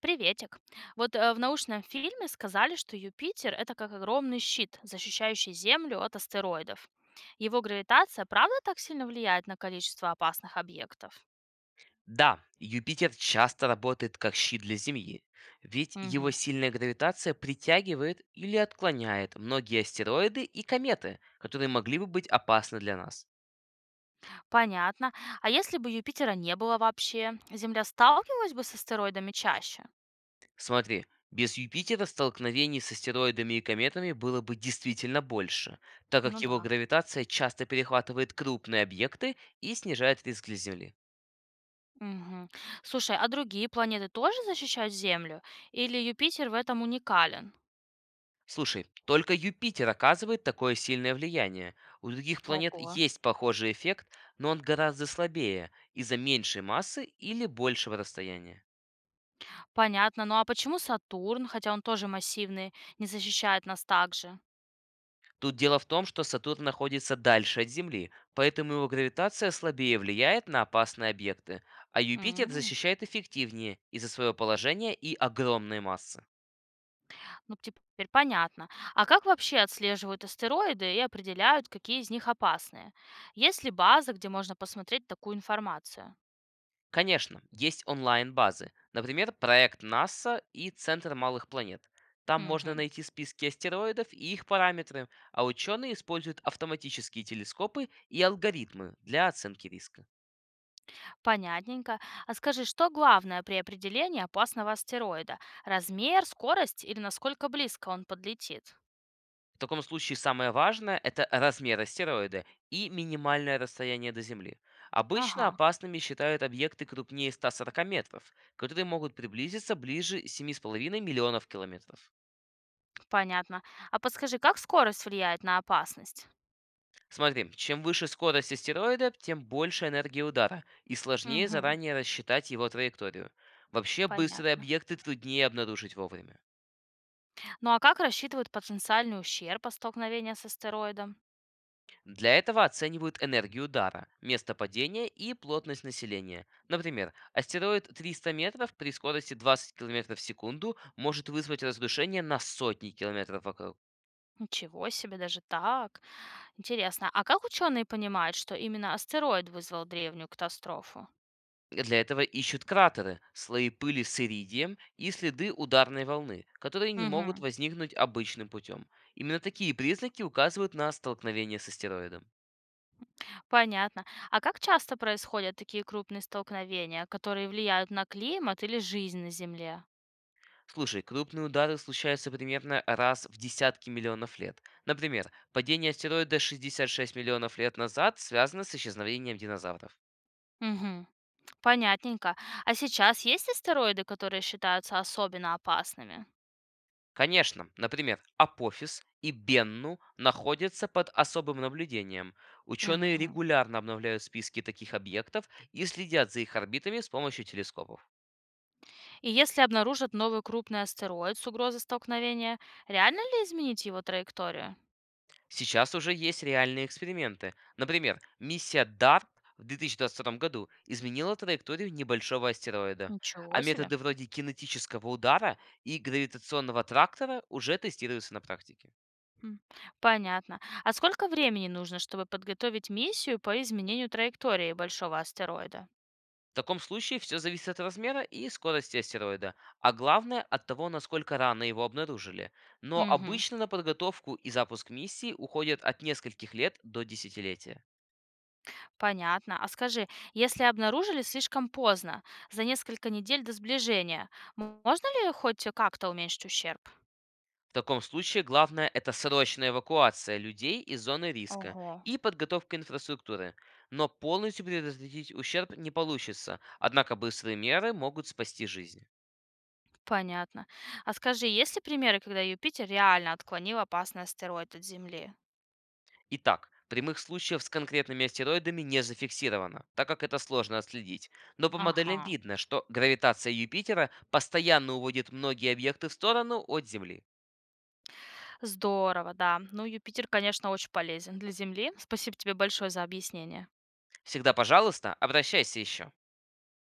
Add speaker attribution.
Speaker 1: Приветик. В научном фильме сказали, что Юпитер это как огромный щит, защищающий Землю от астероидов. Его гравитация, правда, так сильно влияет на количество опасных объектов?
Speaker 2: Да, Юпитер часто работает как щит для Земли, ведь его
Speaker 1: Мгм.
Speaker 2: сильная гравитация притягивает или отклоняет многие астероиды и кометы, которые могли бы быть опасны для нас.
Speaker 1: Понятно. А если бы Юпитера не было вообще, Земля сталкивалась бы с астероидами чаще?
Speaker 2: Смотри, без Юпитера столкновений с астероидами и кометами было бы действительно больше, так
Speaker 1: Ну
Speaker 2: как его
Speaker 1: да.
Speaker 2: гравитация часто перехватывает крупные объекты и снижает риск для Земли.
Speaker 1: Мгм. Слушай, а другие планеты тоже защищают Землю? Или Юпитер в этом уникален?
Speaker 2: Слушай, только Юпитер оказывает такое сильное влияние. У других планет
Speaker 1: Ого.
Speaker 2: есть похожий эффект, но он гораздо слабее из-за меньшей массы или большего расстояния.
Speaker 1: Понятно. Ну а почему Сатурн, хотя он тоже массивный, не защищает нас так же?
Speaker 2: Тут дело в том, что Сатурн находится дальше от Земли, поэтому его гравитация слабее влияет на опасные объекты, а Юпитер
Speaker 1: М,
Speaker 2: защищает эффективнее из-за своего положения и огромной массы.
Speaker 1: ну, теперь понятно. А как вообще отслеживают астероиды и определяют, какие из них опасные? Есть ли база, где можно посмотреть такую информацию?
Speaker 2: Конечно, есть онлайн-базы. Например, проект НАСА и Центр малых планет. Там можно
Speaker 1: Мгм.
Speaker 2: найти списки астероидов и их параметры, а ученые используют автоматические телескопы и алгоритмы для оценки риска.
Speaker 1: Понятненько. А скажи, что главное при определении опасного астероида? Размер, скорость или насколько близко он подлетит?
Speaker 2: В таком случае самое важное — это размер астероида и минимальное расстояние до Земли. Обычно
Speaker 1: Ага,
Speaker 2: опасными считают объекты крупнее 140 метров, которые могут приблизиться ближе семи с половиной миллионов километров.
Speaker 1: понятно. А подскажи, как скорость влияет на опасность?
Speaker 2: Смотри, чем выше скорость астероида, тем больше энергии удара, и сложнее
Speaker 1: Мгм,
Speaker 2: заранее рассчитать его траекторию. Вообще, быстрые
Speaker 1: понятно.
Speaker 2: объекты труднее обнаружить вовремя.
Speaker 1: Ну а как рассчитывают потенциальный ущерб от столкновения с астероидом?
Speaker 2: Для этого оценивают энергию удара, место падения и плотность населения. Например, астероид 300 метров при скорости 20 километров в секунду может вызвать разрушение на сотни километров вокруг.
Speaker 1: Ничего себе, даже так. Интересно, а как ученые понимают, что именно астероид вызвал древнюю катастрофу?
Speaker 2: Для этого ищут кратеры, слои пыли с иридием и следы ударной волны, которые не могут
Speaker 1: Мгм.
Speaker 2: возникнуть обычным путем. Именно такие признаки указывают на столкновение с астероидом.
Speaker 1: Понятно. А как часто происходят такие крупные столкновения, которые влияют на климат или жизнь на Земле?
Speaker 2: Слушай, крупные удары случаются примерно раз в десятки миллионов лет. Например, падение астероида 66 миллионов лет назад связано с исчезновением динозавров.
Speaker 1: Мгм. Понятненько. А сейчас есть астероиды, которые считаются особенно опасными?
Speaker 2: Конечно, например, Апофис и Бенну находятся под особым наблюдением. Ученые
Speaker 1: Мгм.
Speaker 2: регулярно обновляют списки таких объектов и следят за их орбитами с помощью телескопов.
Speaker 1: И если обнаружат новый крупный астероид с угрозой столкновения, реально ли изменить его траекторию?
Speaker 2: Сейчас уже есть реальные эксперименты. Например, миссия DART в 2022 году изменила траекторию небольшого астероида, а
Speaker 1: Ничего себе.
Speaker 2: методы вроде кинетического удара и гравитационного трактора уже тестируются на практике.
Speaker 1: М, понятно. А сколько времени нужно, чтобы подготовить миссию по изменению траектории большого астероида?
Speaker 2: В таком случае все зависит от размера и скорости астероида, а главное от того, насколько рано его обнаружили. Но
Speaker 1: Мгм.
Speaker 2: обычно на подготовку и запуск миссии уходят от нескольких лет до десятилетия.
Speaker 1: Понятно. А скажи, если обнаружили слишком поздно, за несколько недель до сближения, можно ли хоть как-то уменьшить ущерб?
Speaker 2: В таком случае главное это срочная эвакуация людей из зоны риска
Speaker 1: Ого,
Speaker 2: и подготовка инфраструктуры. Но полностью предотвратить ущерб не получится, однако быстрые меры могут спасти жизни.
Speaker 1: понятно. А скажи, есть ли примеры, когда Юпитер реально отклонил опасный астероид от Земли?
Speaker 2: Итак, прямых случаев с конкретными астероидами не зафиксировано, так как это сложно отследить. Но по моделям
Speaker 1: Ага,
Speaker 2: видно, что гравитация Юпитера постоянно уводит многие объекты в сторону от Земли.
Speaker 1: здорово, да. Ну, Юпитер, конечно, очень полезен для Земли. Спасибо тебе большое за объяснение.
Speaker 2: Всегда, пожалуйста, обращайся еще.